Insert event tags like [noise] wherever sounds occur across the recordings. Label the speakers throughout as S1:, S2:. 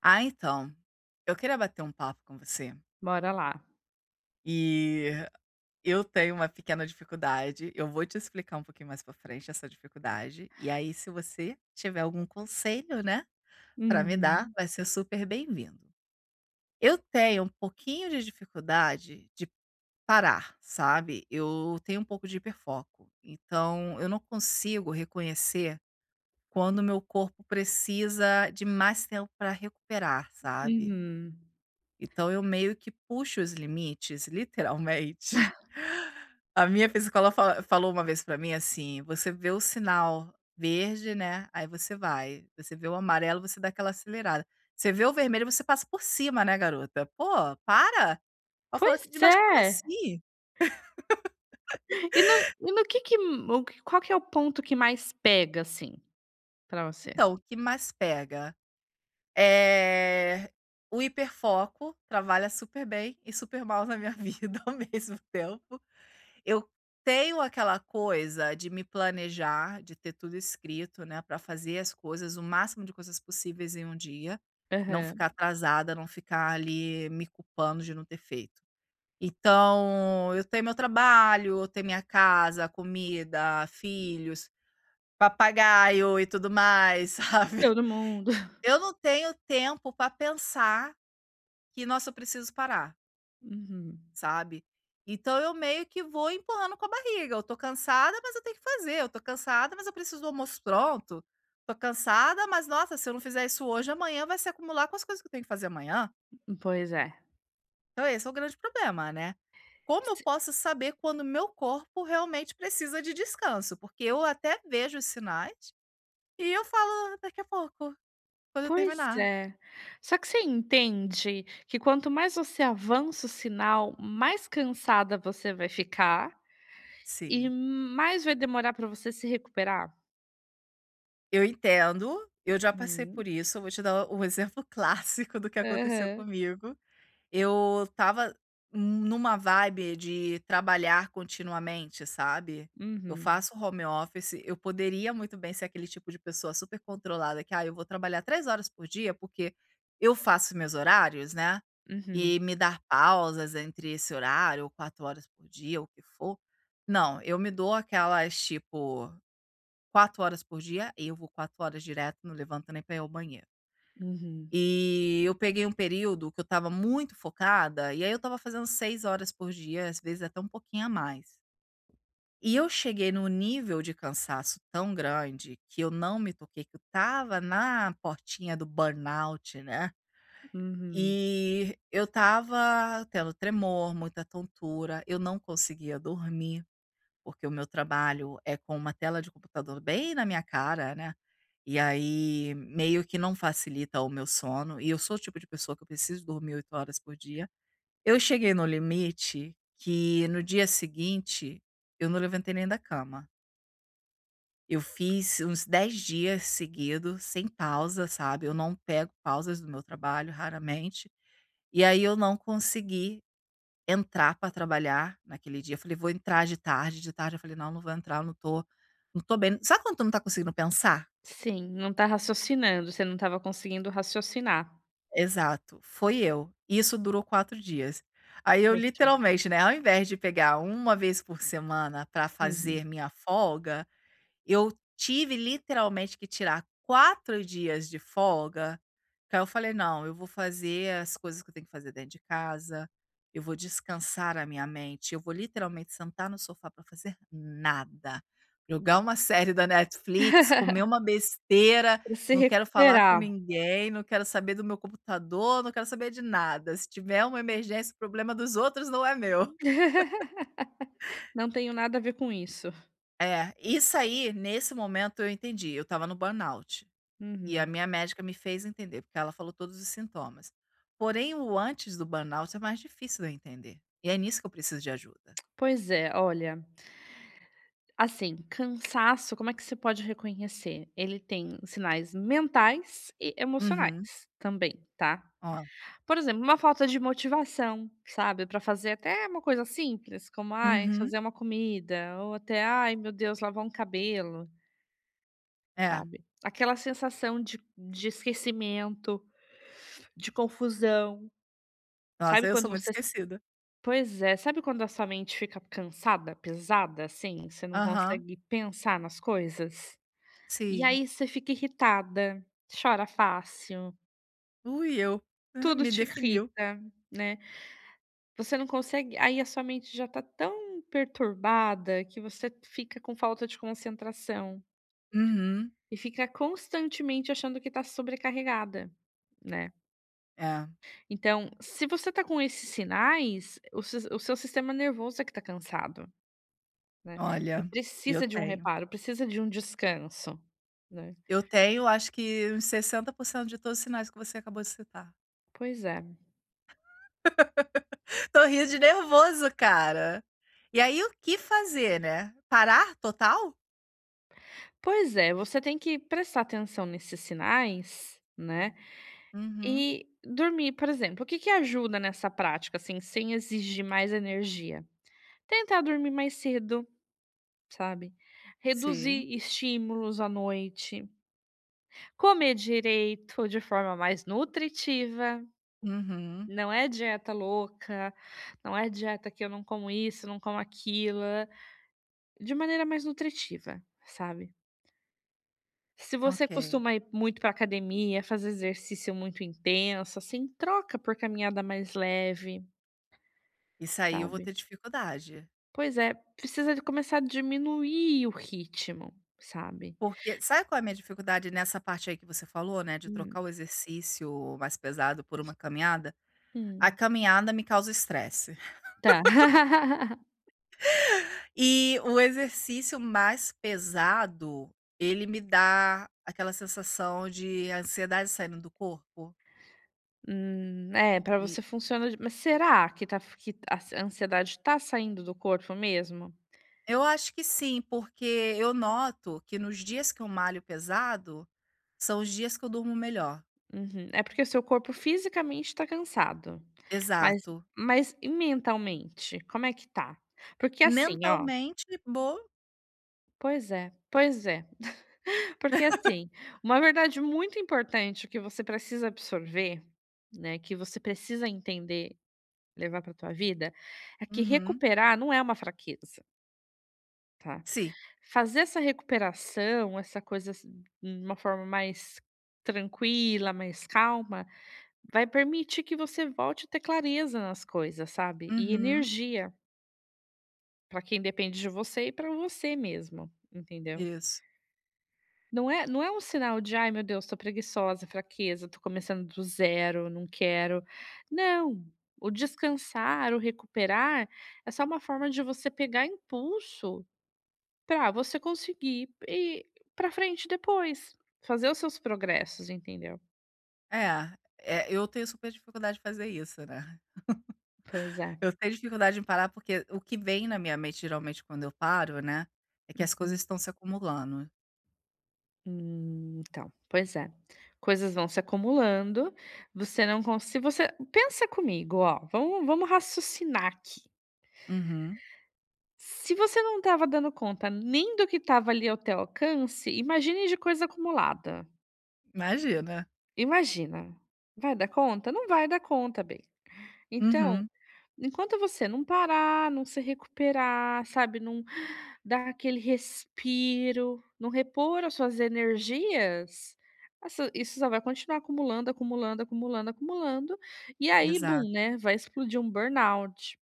S1: Ah, então, eu queria bater um papo com você.
S2: Bora lá.
S1: E eu tenho uma pequena dificuldade. Eu vou te explicar um pouquinho mais pra frente essa dificuldade. E aí, se você tiver algum conselho, né, pra me dar,
S2: Uhum,
S1: vai ser super bem-vindo. Eu tenho um pouquinho de dificuldade de parar, sabe? Eu tenho um pouco de hiperfoco. Então, eu não consigo reconhecer quando o meu corpo precisa de mais tempo para recuperar, sabe?
S2: uhum.
S1: Então eu meio que puxo os limites, literalmente. [laughs] A minha psicóloga fa falou uma vez pra mim assim: "Você vê o sinal verde, né, aí você vai. Você vê o amarelo, você dá aquela acelerada. Você vê o vermelho, você passa por cima, né, garota? Pô, para!" Eu falo:
S2: Pois
S1: "De mas como
S2: é.
S1: assim?"
S2: E no e no que o que qual que é o ponto que mais pega, assim, pra você?
S1: Então, o que mais pega? Eh, o hiperfoco trabalha super bem e super mal na minha [laughs] vida ao mesmo tempo. Eu tenho aquela coisa de me planejar, de ter tudo escrito, né, para fazer as coisas, o máximo de coisas possíveis em um dia, não
S2: Aham.
S1: ficar atrasada, não ficar ali me culpando de não ter feito. Então, eu tenho meu trabalho, eu tenho minha casa, comida, filhos, papagaio e tudo mais, [laughs] sabe.
S2: Todo mundo. [laughs]
S1: Eu não tenho tempo para pensar que: "Nossa, eu preciso parar".
S2: Uhum.
S1: Sabe. Então eu meio que vou empurrando com a barriga, eu tô cansada, mas eu tenho que fazer, eu tô cansada, mas eu preciso do almoço pronto, tô cansada, mas nossa, se eu não fizer isso hoje, amanhã vai se acumular com as coisas que eu tenho que fazer amanhã.
S2: Pois é.
S1: Então esse é o grande problema, né. Como eu
S2: Se
S1: posso saber quando meu corpo realmente precisa de descanso? Porque eu até vejo os sinais e eu falo: "Daqui a pouco, quando eu
S2: pois
S1: terminar".
S2: é. Só que você entende que quanto mais você avança o sinal, mais cansada você vai ficar e
S1: Sim,
S2: mais vai demorar pra você se recuperar?
S1: eu entendo, eu já passei por
S2: Uhum.
S1: isso, eu vou te dar um exemplo [laughs] clássico do que aconteceu
S2: Aham.
S1: comigo. Eu estava numa vibe de trabalhar continuamente, sabe. Eu
S2: Uhum.
S1: faço home office, eu poderia muito bem ser aquele tipo de pessoa super controlada que: "Ah, eu vou trabalhar 3 horas por dia, porque eu faço meus horários, né,
S2: Uhum.
S1: e me dar pausas entre esse horário ou 4 horas por dia, ou o que for". Não, eu me dou aquelas, tipo, 4 horas por dia e eu vou 4 horas direto, não levanto nem pra ir ao banheiro.
S2: Uhum.
S1: E eu peguei um período que eu estava muito focada, e aí eu estava fazendo 6 horas por dia, às vezes até um pouquinho a mais. E eu cheguei num nível de cansaço tão grande que eu não me toquei, que eu estava na portinha do burnout, né.
S2: Uhum.
S1: E eu estava tendo tremor, muita tontura, eu não conseguia dormir. Porque o meu trabalho é com uma tela de computador bem na minha cara, né, e aí meio que não facilita o meu sono, e eu sou o tipo de pessoa que eu preciso dormir 8 horas por dia. Eu cheguei no limite que no dia seguinte eu não levantei nem da cama. Eu fiz uns 10 dias seguidos sem pausa, sabe, eu não pego pausas do meu trabalho, raramente, e aí eu não consegui entrar para trabalhar naquele dia. Eu falei: "Vou entrar de tarde eu falei: "Não, não vou entrar, eu não tô bem". Sabe quando tu não tá conseguindo pensar?
S2: Sim, não tá raciocinando, você não estava conseguindo raciocinar.
S1: Exato, foi eu. E isso durou 4 dias. Aí eu
S2: Poxa.
S1: literalmente, né, ao invés de pegar uma vez por semana para fazer
S2: Uhum.
S1: minha folga, eu tive literalmente que tirar 4 dias de folga, que aí eu falei: "Não, eu vou fazer as coisas que eu tenho que fazer dentro de casa, eu vou descansar a minha mente, eu vou literalmente sentar no sofá para fazer nada, jogar uma [laughs] série da Netflix, comer uma besteira,
S2: Pra se
S1: não quero falar com
S2: recuperar.
S1: ninguém, não quero saber do meu computador, não quero saber de nada, se tiver uma emergência o problema dos outros não é meu".
S2: Não tenho nada a ver com isso.
S1: É, isso aí, nesse momento eu entendi, eu estava no burnout. E a
S2: Uhum.
S1: minha médica me fez entender, porque ela falou todos os sintomas. Porém, o antes do burnout é mais difícil de eu entender. E é nisso que eu preciso de ajuda.
S2: Pois é, olha, assim, cansaço, como é que você pode reconhecer? Ele tem sinais mentais e
S1: Uhum.
S2: emocionais também, tá.
S1: Ó.
S2: Por exemplo, uma falta de motivação, sabe, pra fazer até uma coisa simples, como, ai,
S1: Uhum.
S2: fazer uma comida ou até, ai, meu Deus, lavar um cabelo.
S1: É.
S2: Sabe, aquela sensação de esquecimento, de confusão,
S1: Nossa,
S2: sabe
S1: eu sou
S2: quando
S1: muito
S2: você
S1: esquecida.
S2: pois é, sabe quando a sua mente fica cansada, pesada, assim, você não
S1: Aham.
S2: consegue pensar nas coisas? E
S1: Sim.
S2: aí você fica irritada, chora fácil,
S1: Ui, eu. Ah,
S2: tudo
S1: me
S2: te
S1: definiu.
S2: irrita, né, você não consegue aí a sua mente já tá tão perturbada que você fica com falta de concentração
S1: Uhum.
S2: e fica constantemente achando que tá sobrecarregada, né.
S1: É.
S2: Então, se você tá com esses sinais, o seu sistema nervoso é que tá cansado, né, e
S1: Olha, eu
S2: precisa de um
S1: tenho.
S2: reparo, precisa de um descanso, né.
S1: Eu tenho, acho que uns 60% de todos os sinais que você acabou de citar.
S2: Pois é.
S1: [laughs] Tô rindo de nervoso, cara. E aí, o que fazer, né? Parar total?
S2: Pois é, você tem que prestar atenção nesses sinais, né,
S1: Uhum.
S2: e dormir, por exemplo, o que que ajuda nessa prática, assim, sem exigir mais energia? Tentar dormir mais cedo, sabe,
S1: Sim.
S2: reduzir estímulos à noite, comer direito, de forma mais nutritiva.
S1: Uhum,
S2: Não é dieta louca, não é dieta que eu não como isso, não como aquilo, de maneira mais nutritiva, sabe. Se você
S1: ok.
S2: costuma ir muito pra academia, fazer exercício muito intenso, assim, troca por caminhada mais leve,
S1: Isso aí eu vou
S2: sabe.
S1: ter dificuldade.
S2: Pois é, precisa de começar a diminuir o ritmo, sabe.
S1: Porque sabe qual é a minha dificuldade nessa parte aí que você falou, né, de trocar
S2: Hum,
S1: o exercício mais pesado por uma caminhada? A
S2: hum,
S1: caminhada me causa estresse. [laughs]
S2: tá. [laughs]
S1: E o exercício mais pesado, ele me dá aquela sensação de ansiedade saindo do corpo?
S2: É, pra
S1: E
S2: você funciona de mas será que a ansiedade tá saindo do corpo mesmo?
S1: eu acho que sim, porque eu noto que nos dias que eu malho pesado, são os dias que eu durmo melhor.
S2: Uhum. É porque o seu corpo fisicamente tá cansado, mas
S1: Exato.
S2: e mentalmente, como é que tá? Porque assim,
S1: Mentalmente, boa.
S2: pois é. [laughs] Porque assim, uma verdade muito importante que você precisa absorver, né, que você precisa entender, levar para tua vida, é que
S1: Uhum.
S2: recuperar não é uma fraqueza, tá.
S1: Sim.
S2: Fazer essa recuperação, essa coisa, assim, de uma forma mais tranquila, mais calma, vai permitir que você volte a ter clareza nas coisas, sabe, e
S1: Uhum.
S2: energia para quem depende de você e para você mesmo, entendeu.
S1: Isso.
S2: Não é um sinal de: "Ai, meu Deus, tô preguiçosa, fraqueza, tô começando do zero, não quero". Não, o descansar, o recuperar é só uma forma de você pegar impulso para você conseguir ir para frente depois, fazer os seus progressos, entendeu.
S1: É, eu tenho super dificuldade de fazer isso, né.
S2: Pois é.
S1: Eu tenho dificuldade em parar, porque o que vem na minha mente, geralmente, quando eu paro, né, é que as coisas
S2: Uhum.
S1: estão se acumulando.
S2: Então, pois é. Coisas vão se acumulando, você não consegue. Se você pensa comigo, ó, vamos raciocinar aqui.
S1: Uhum.
S2: Se você não estava dando conta nem do que estava ali ao teu alcance, imagine de coisa acumulada.
S1: Imagina.
S2: Imagina. Vai dar conta? Não vai dar conta, bem. Então
S1: Uhum.
S2: Enquanto você não parar, não se recuperar, sabe, não dar aquele respiro, não repor as suas energias, essa isso só vai continuar acumulando, acumulando, acumulando, acumulando, e aí
S1: Exato.
S2: bum, né, vai explodir um burnout,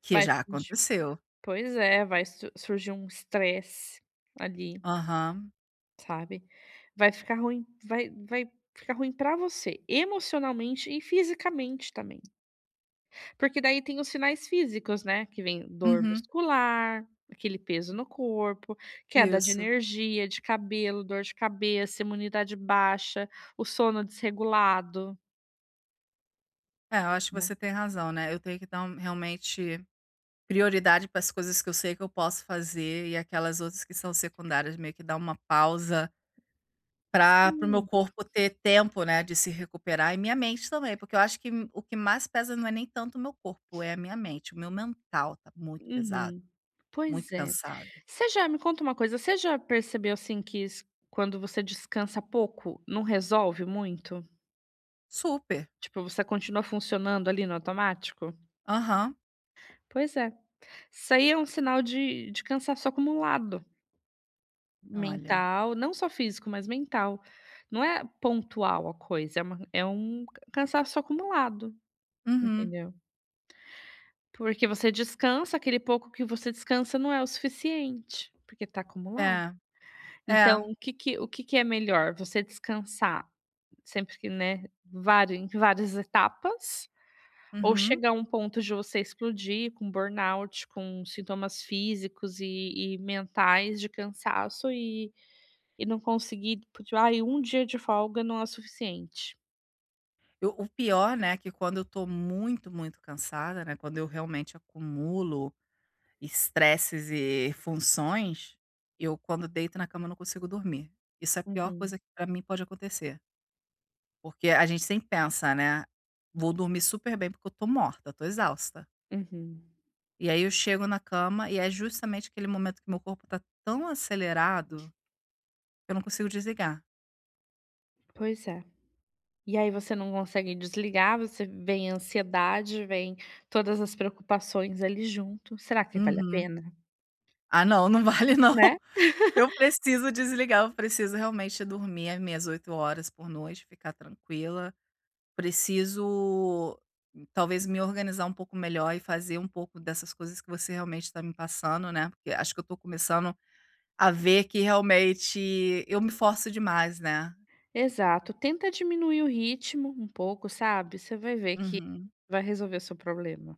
S1: Que
S2: vai
S1: já
S2: explodir
S1: aconteceu.
S2: pois é, vai su surgir um estresse ali,
S1: Aham.
S2: sabe. Vai ficar ruim, vai ficar ruim pra você, emocionalmente e fisicamente também. Porque daí tem os sinais físicos, né, que vem dor
S1: Uhum.
S2: muscular, aquele peso no corpo, queda de
S1: Isso.
S2: energia, de cabelo, dor de cabeça, imunidade baixa, o sono desregulado,
S1: É, eu acho que
S2: né.
S1: você tem razão, né, eu tenho que dar um realmente prioridade para as coisas que eu sei que eu posso fazer e aquelas outras que são secundárias, meio que dar uma pausa Pra para o meu
S2: Sim.
S1: corpo ter tempo, né, de se recuperar e minha mente também, porque eu acho que o que mais pesa não é nem tanto o meu corpo, é a minha mente, o meu mental tá muito pesado,
S2: Uhum. Pois
S1: muito
S2: é.
S1: cansado.
S2: Você já me conta uma coisa, você já percebeu, assim, que s quando você descansa pouco, não resolve muito?
S1: Super.
S2: Tipo, você continua funcionando ali no automático?
S1: Aham.
S2: Pois é. Isso aí é um sinal de cansaço acumulado.
S1: Olha.
S2: Mental, não só físico, mas mental. Não é pontual a coisa, é uma é um cansaço acumulado,
S1: Uhum.
S2: entendeu. Porque você descansa, aquele pouco que você descansa não é o suficiente, porque tá acumulado.
S1: É, é.
S2: Então o que que é melhor, você descansar sempre que, né, vari em várias etapas, ou
S1: Uhum.
S2: chegar a um ponto de você explodir com burnout, com sintomas físicos e mentais de cansaço e não conseguir, tipo, ai, um dia de folga não é suficiente.
S1: Eu o pior, né, que quando eu tô muito, muito cansada, né, quando eu realmente acumulo estresses e funções, eu quando deito na cama não consigo dormir. Isso é a pior
S2: Uhum,
S1: coisa que pra mim pode acontecer. Porque a gente sempre pensa, né: "Vou dormir super bem, porque eu tô morta, tô exausta".
S2: uhum.
S1: E aí eu chego na cama e é justamente aquele momento que meu corpo tá tão acelerado, que eu não consigo desligar.
S2: Pois é. E aí você não consegue desligar, você vem a ansiedade, vem todas as preocupações ali junto. Será que vale a
S1: Uhum.
S2: pena?
S1: Ah não, não vale não.
S2: Né?
S1: [laughs] Eu preciso desligar, eu preciso realmente dormir as minhas 8 horas por noite, ficar tranquila. Preciso talvez me organizar um pouco melhor e fazer um pouco dessas coisas que você realmente está me passando, né, porque acho que eu tô começando a ver que realmente eu me forço demais, né.
S2: Exato. Tenta diminuir o ritmo um pouco, sabe? Você vai ver que
S1: Uhum.
S2: vai resolver o seu problema.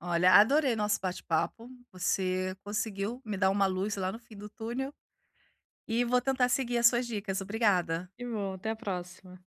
S1: Olha, adorei nosso bate-papo, você conseguiu me dar uma luz lá no fim do túnel, e vou tentar seguir as suas dicas. Obrigada.
S2: E bom, até a próxima.